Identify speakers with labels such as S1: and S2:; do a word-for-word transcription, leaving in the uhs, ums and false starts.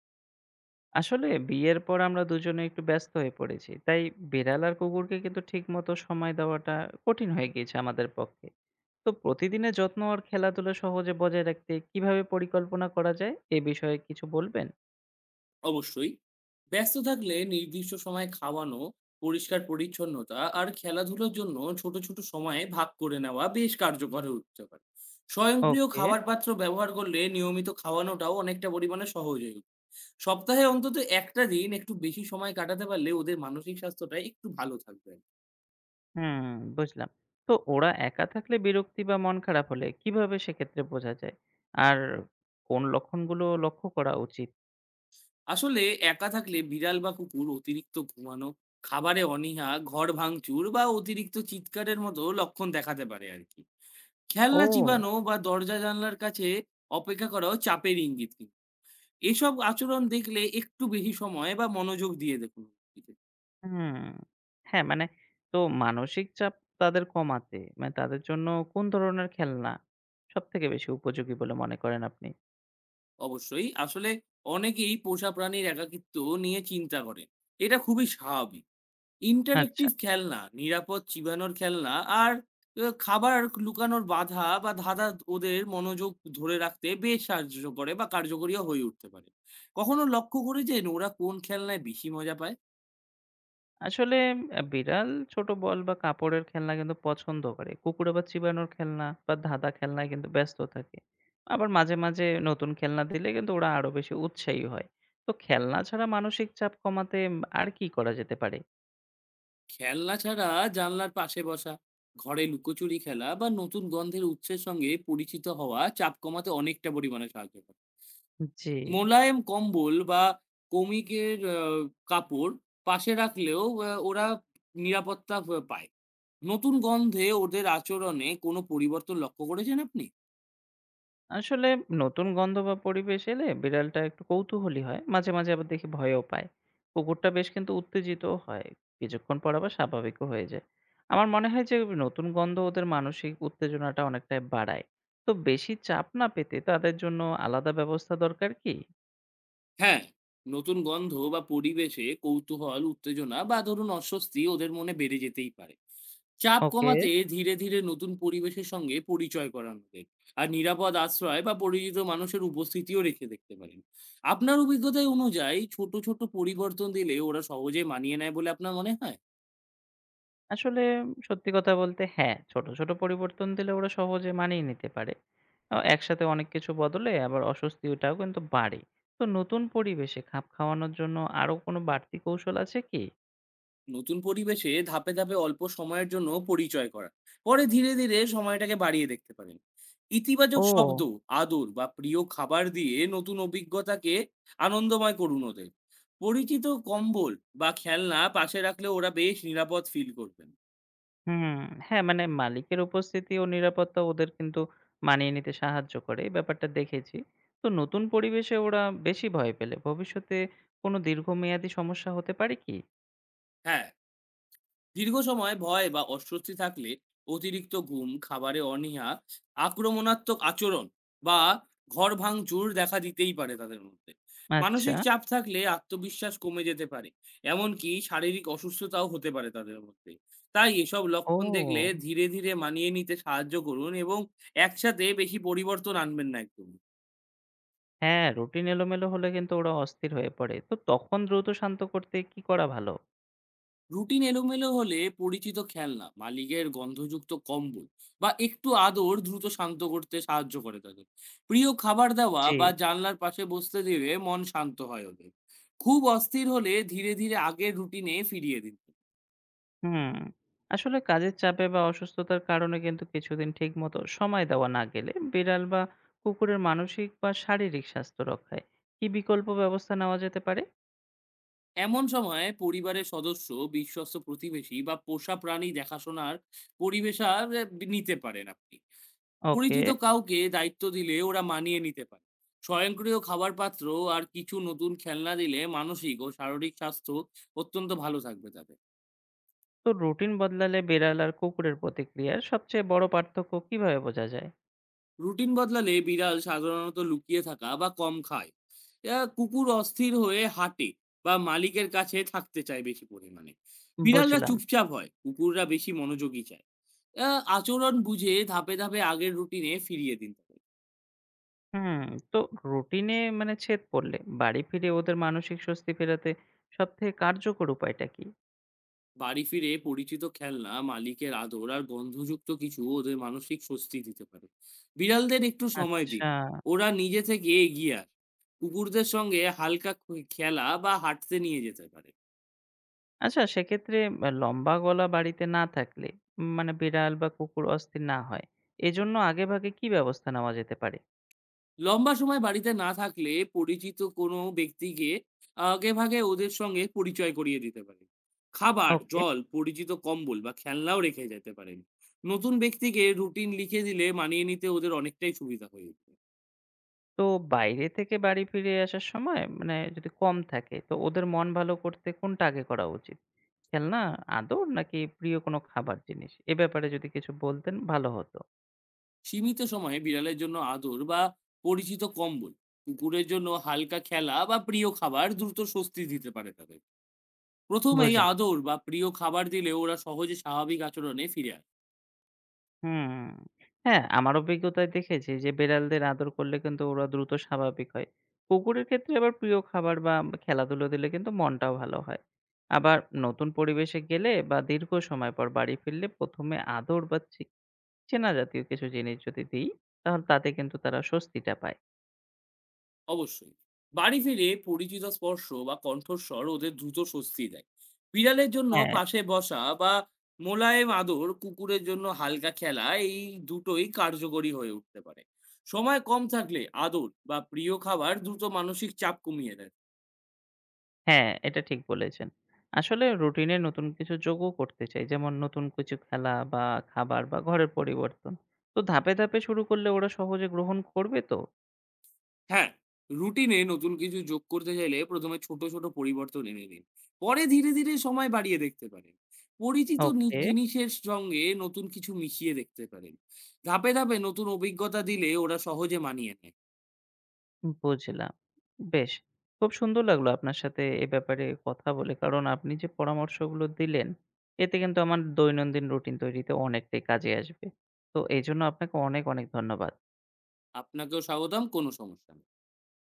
S1: আসলে বিয়ের পর আমরা দুজনে একটু ব্যস্ত হয়ে পড়েছি। তাই বেড়াল আর কুকুরকে কিন্তু ঠিকমতো সময় দেওয়াটা কঠিন হয়ে গিয়েছে আমাদের পক্ষে। তো প্রতিদিনের যত্ন আর খেলাধুলা সহজে বজায় রাখতে কিভাবে পরিকল্পনা করা যায় এ বিষয়ে কিছু বলবেন?
S2: অবশ্যই। ব্যস্ত থাকলে নির্দিষ্ট সময়ে খাওয়ানো, পরিষ্কার পরিচ্ছন্নতা আর খেলাধুলার জন্য ছোট, ছোট সময়ে ভাগ করে নেওয়া বেশ কার্যকর হয়ে উঠতে পারে। স্বয়ংক্রিয়
S1: ওকে,
S2: খাবার পাত্র ব্যবহার করলে নিয়মিত খাওয়ানোটাও অনেকটা পরিমাণে সহজ হয়ে উঠে। সপ্তাহে অন্তত একটা দিন একটু বেশি সময় কাটাতে পারলে ওদের মানসিক স্বাস্থ্যটা একটু ভালো থাকবে।
S1: হুম, বুঝলাম। তো ওরা একা থাকলে বিরক্তি বা মন খারাপ হলে কিভাবে সেক্ষেত্রে বোঝা যায়? আর কোন লক্ষণগুলো লক্ষ্য করা উচিত?
S2: আসলে একা থাকলে বিড়াল বা কুকুর অতিরিক্ত ঘুমানো, খাবারে অনীহা, ঘর ভাঙচুর বা অতিরিক্ত চিৎকারের মতো লক্ষণ দেখাতে পারে আরকি। খেলনা
S1: ও!
S2: চিবানো বা দরজা জানলার কাছে অপেক্ষা করাও চাপের ইঙ্গিত কিন্তু। এসব আচরণ দেখলে একটু বেশি সময় বা মনোযোগ দিয়ে দেখুন এদিকে।
S1: হুম। হ্যাঁ, মানে তো মানসিক চাপ তাদের কমাতে মানে তাদের জন্য কোন ধরনের খেলনা সবথেকে বেশি উপযোগী বলে মনে করেন আপনি?
S2: অবশ্যই আসলে অনেকেই পোষা প্রাণীর একাকিত্ব নিয়ে চিন্তা করে। এটা খুবই স্বাভাবিক।
S1: আচ্ছা।
S2: ইন্টারেক্টিভ খেলনা, নিরাপদ চিবানোর খেলনা আর আ খাবার লুকানোর বাধা বা ধাঁধা ওদের মনোযোগ ধরে রাখতে বেশ সাহায্য করে বা কার্যকরীও হয়ে উঠতে পারে। কখনো লক্ষ্য করেছেন ওরা কোন খেলনায় বেশি মজা পায়?
S1: আসলে আ বিড়াল ছোট বল বা কাপড়ের খেলনা কিন্তু পছন্দ করে। কুকুর আবার চিবানোর খেলনা বা ধাঁধা খেলনায় কিন্তু ব্যস্ত থাকে। আবার মাঝে, মাঝে নতুন খেলনা দিলে কিন্তু ওরা আরো বেশি উৎসাহী হয়। তো খেলনা ছাড়া মানসিক চাপ কমাতে উম, আর কি করা যেতে পারে?
S2: খেলনা ছাড়া জানলার পাশে বসা ঘরে লুকোচুরি খেলা বা নতুন গন্ধের উৎসের সঙ্গে পরিচিত হওয়া চাপ কমাতে অনেকটা পরিমাণে সাহায্য করে।
S1: জি।
S2: মোলায়েম কম্বল বা কমিকের আহ, কাপড় পাশে রাখলেও আহ, ওরা নিরাপত্তা আহ, পায়। নতুন গন্ধে ওদের আচরণে কোনো পরিবর্তন লক্ষ্য করেছেন আপনি?
S1: আসলে নতুন গন্ধ বা পরিবেশ এলে বিড়ালটা একটু কৌতূহলী হয় মাঝে মাঝে আবার দেখি ভয়ও পায়। কুকুরটা বেশ কিন্তু উত্তেজিতও হয়, কিছুক্ষণ পর আবার স্বাভাবিকও হয়ে যায়। আমার মনে হয় যে নতুন গন্ধ ওদের মানসিক উত্তেজনাটা অনেকটাই বাড়ায়। তো বেশি চাপ না পেতে তাদের জন্য আলাদা ব্যবস্থা দরকার কি?
S2: হ্যাঁ, নতুন গন্ধ বা পরিবেশে কৌতূহল, উত্তেজনা বা ধরুন অস্বস্তি ওদের মনে বেড়ে যেতেই পারে। চাপ
S1: ওকে,
S2: কমাতে ধীরে, ধীরে নতুন পরিবেশের সঙ্গে পরিচয় করানো যায়। আর নিরাপদ আশ্রয় বা পরিচিত মানুষের উপস্থিতিও রেখে দেখতে পারেন। আপনার অভিজ্ঞতায় অনুযায়ী ছোট, ছোট পরিবর্তন দিলে ওরা সহজে মানিয়ে নেয় বলে আপনার মনে হয়?
S1: আসলে সত্যি কথা বলতে হ্যাঁ, ছোট, ছোট পরিবর্তন দিলে ওরা সহজে মানিয়ে নিতে পারে। আ একসাথে অনেক কিছু বদলে আবার অস্বস্তিটাও কিন্তু বাড়ে। তো নতুন পরিবেশে খাপ খাওয়ানোর জন্য আরো কোনো বাড়তি কৌশল আছে কি?
S2: নতুন পরিবেশে ধাপে ধাপে অল্প সময়ের জন্য পরিচয় করা, পরে ধীরে ধীরে সময়টাকে বাড়িয়ে দেখতে পারেন। ইতিবাচক শব্দ,
S1: ও!
S2: আদর বা প্রিয় খাবার দিয়ে নতুন অভিজ্ঞতাকে আনন্দময় করুন ওদের। পরিচিত কম্বল বা খেলনা পাশে রাখলে ওরা বেশ নিরাপদ ফিল করবেন।
S1: হুম, হ্যাঁ, মানে মালিকের উপস্থিতি ও নিরাপত্তা ওদের কিন্তু মানিয়ে নিতে সাহায্য করে। এই ব্যাপারটা দেখেছি। তো নতুন পরিবেশে ওরা বেশি ভয় পেলে ভবিষ্যতে কোনো দীর্ঘমেয়াদী সমস্যা হতে পারে কি?
S2: হ্যাঁ, দীর্ঘ সময় ভয় বা অস্বস্তি থাকলে অতিরিক্ত ঘুম, খাবারে অনীহা, আক্রমণাত্মক আচরণ বা ঘর ভাঙচুর দেখা দিতেই পারে তাদের মধ্যে।
S1: আচ্ছা।
S2: মানসিক চাপ থাকলে আত্মবিশ্বাস কমে যেতে পারে। এমনকি শারীরিক অসুস্থতাও হতে পারে তাদের মধ্যে। তাই এসব
S1: ও!
S2: লক্ষণ দেখলে ধীরে, ধীরে মানিয়ে নিতে সাহায্য করুন এবং একসাথে বেশি পরিবর্তন আনবেন না একদম।
S1: হ্যাঁ, রুটিন এলোমেলো হলে কিন্তু ওরা অস্থির হয়ে পড়ে। তো তখন দ্রুত শান্ত করতে কি করা ভালো?
S2: রুটিন এলোমেলো হলে পরিচিত খেলনা, মালিকের গন্ধযুক্ত কম্বল বা একটু আদর দ্রুত শান্ত করতে সাহায্য করে তাদের। প্রিয় খাবার দেওয়া
S1: জি।
S2: বা জানলার পাশে বসতে দিলে মন শান্ত হয় ওদের। খুব অস্থির হলে ধীরে ধীরে আগের রুটিনে ফিরিয়ে দিন।
S1: হুম, আসলে কাজের চাপে বা অসুস্থতার কারণে কিন্তু কিছুদিন ঠিকমতো সময় দেওয়া না গেলে বিড়াল বা কুকুরের মানসিক বা শারীরিক স্বাস্থ্য রক্ষায় কি বিকল্প ব্যবস্থা নেওয়া যেতে পারে?
S2: এমন সময় পরিবারের সদস্য, বিশ্বস্ত প্রতিবেশী বা পোষা প্রাণী দেখাশোনার পরিবেশা নিতে পারেন আপনি।
S1: ওকে,
S2: পরিচিত কাউকে দায়িত্ব দিলে ওরা মানিয়ে নিতে পারে। স্বয়ংক্রিয় খাবার পাত্র আর কিছু নতুন খেলনা দিলে মানসিক ও শারীরিক স্বাস্থ্য অত্যন্ত ভালো থাকবে তাদের।
S1: তো রুটিন বদলালে বিড়াল আর কুকুরের প্রতিক্রিয়ার সবচেয়ে বড় পার্থক্য কিভাবে বোঝা যায়?
S2: রুটিন বদলালে বিড়াল সাধারণত লুকিয়ে থাকা বা কম খায়, এরা কুকুর অস্থির হয়ে হাঁটে বা মালিকের কাছে থাকতে চায় বেশি পরিমাণে। বিড়ালরা
S1: বুঝলাম।
S2: চুপচাপ হয়, কুকুররা বেশি মনোযোগী চায়। আহ, আচরণ বুঝে ধাপে ধাপে আগের রুটিনে ফিরিয়ে দিন তাদের।
S1: হুম, তো রুটিনে মানে ছেদ পড়লে বাড়ি ফিরে ওদের মানসিক স্বস্তি ফেরাতে সবথেকে কার্যকর উপায়টা কি?
S2: বাড়ি ফিরে পরিচিত খেলনা, মালিকের আদর আর গন্ধযুক্ত কিছু ওদের মানসিক স্বস্তি দিতে পারে। বিড়ালদের একটু সময় দিন,
S1: আচ্ছা,
S2: ওরা নিজে থেকে এগিয়ে আসে। কুকুরদের সঙ্গে হালকা খে- খেলা বা হাঁটতে নিয়ে যেতে পারে।
S1: আচ্ছা সেক্ষেত্রে আ লম্বা গলা বাড়িতে না থাকলে উম, মানে বিড়াল বা কুকুর অস্থির না হয়, এজন্য আগেভাগে কি ব্যবস্থা নেওয়া যেতে পারে?
S2: লম্বা সময় বাড়িতে না থাকলে পরিচিত কোনো ব্যক্তিকে আগে ভাগে ওদের সঙ্গে পরিচয় করিয়ে দিতে পারেন। খাবার,
S1: ওকে,
S2: জল, পরিচিত কম্বল বা খেলনাও রেখে যেতে পারেন। নতুন ব্যক্তিকে রুটিন লিখে দিলে মানিয়ে নিতে ওদের অনেকটাই সুবিধা হয়ে যাবে।
S1: তো বাইরে থেকে বাড়ি ফিরে আসার সময় মানে যদি কম থাকে তো ওদের মন ভালো করতে কোনটা আগে করা উচিত? খেলনা, আদর নাকি প্রিয় কোনো খাবার জিনিস? এ ব্যাপারে যদি কিছু বলতেন ভালো হতো।
S2: সীমিত সময়ে বিড়ালের জন্য আদর বা পরিচিত কম্বল, কুকুরের জন্য হালকা খেলা বা প্রিয় খাবার দ্রুত স্বস্তি দিতে পারে তাদের। প্রথমেই
S1: বুঝলাম।
S2: আদর বা প্রিয় খাবার দিলে ওরা সহজে স্বাভাবিক আচরণে ফিরে আসে।
S1: হুম। হ্যাঁ, আমার অভিজ্ঞতায় দেখেছি যে বেড়ালদের আদর করলে কিন্তু ওরা দ্রুত স্বাভাবিক হয়। কুকুরের ক্ষেত্রে আবার প্রিয় খাবার বা খেলাধুলো দিলে কিন্তু মনটাও ভালো হয়। আবার নতুন পরিবেশে গেলে বা দীর্ঘ সময় পর বাড়ি ফিরলে প্রথমে আদর বা চে চেনা জাতীয় কিছু জিনিস যদি দিই, তাহলে তাতে কিন্তু তারা স্বস্তিটা পায়।
S2: অবশ্যই, বাড়ি ফিরে পরিচিত স্পর্শ বা কণ্ঠস্বর ওদের দ্রুত স্বস্তি দেয়। বিড়ালের জন্য
S1: হ্যাঁ,
S2: পাশে বসা বা মোলায়েম আদর, কুকুরের জন্য হালকা খেলা, এই দুটোই কার্যকরী হয়ে উঠতে পারে। সময় কম থাকলে আদর বা প্রিয় খাবার দ্রুত মানসিক চাপ কমিয়ে দেয়।
S1: হ্যাঁ, এটা ঠিক বলেছেন। আসলে রুটিনে নতুন কিছু যোগও করতে চাই। যেমন নতুন কিছু খেলা বা খাবার বা ঘরের পরিবর্তন। তো ধাপে, ধাপে শুরু করলে ওরা সহজে গ্রহণ করবে তো?
S2: হ্যাঁ, রুটিনে নতুন কিছু যোগ করতে চাইলে প্রথমে এ ছোট, ছোট পরিবর্তন এনে দিন। পরে ধীরে, ধীরে সময় বাড়িয়ে দেখতে পারেন। পরিচিত নি
S1: ওকে,
S2: জিনিসের সঙ্গে নতুন কিছু মিশিয়ে দেখতে পারেন। ধাপে, ধাপে নতুন অভিজ্ঞতা দিলে ওরা সহজে মানিয়ে নেয়।
S1: বুঝলাম। বেশ! খুব সুন্দর লাগলো আপনার সাথে এ ব্যাপারে কথা বলে। কারণ আপনি যে পরামর্শগুলো দিলেন, এতে কিন্তু আমার দৈনন্দিন রুটিন তৈরিতে অনেকটাই কাজে আসবে। তো এজন্য আপনাকে অনেক, অনেক ধন্যবাদ।
S2: আপনাকেও স্বাগতম, কোনো সমস্যা নেই।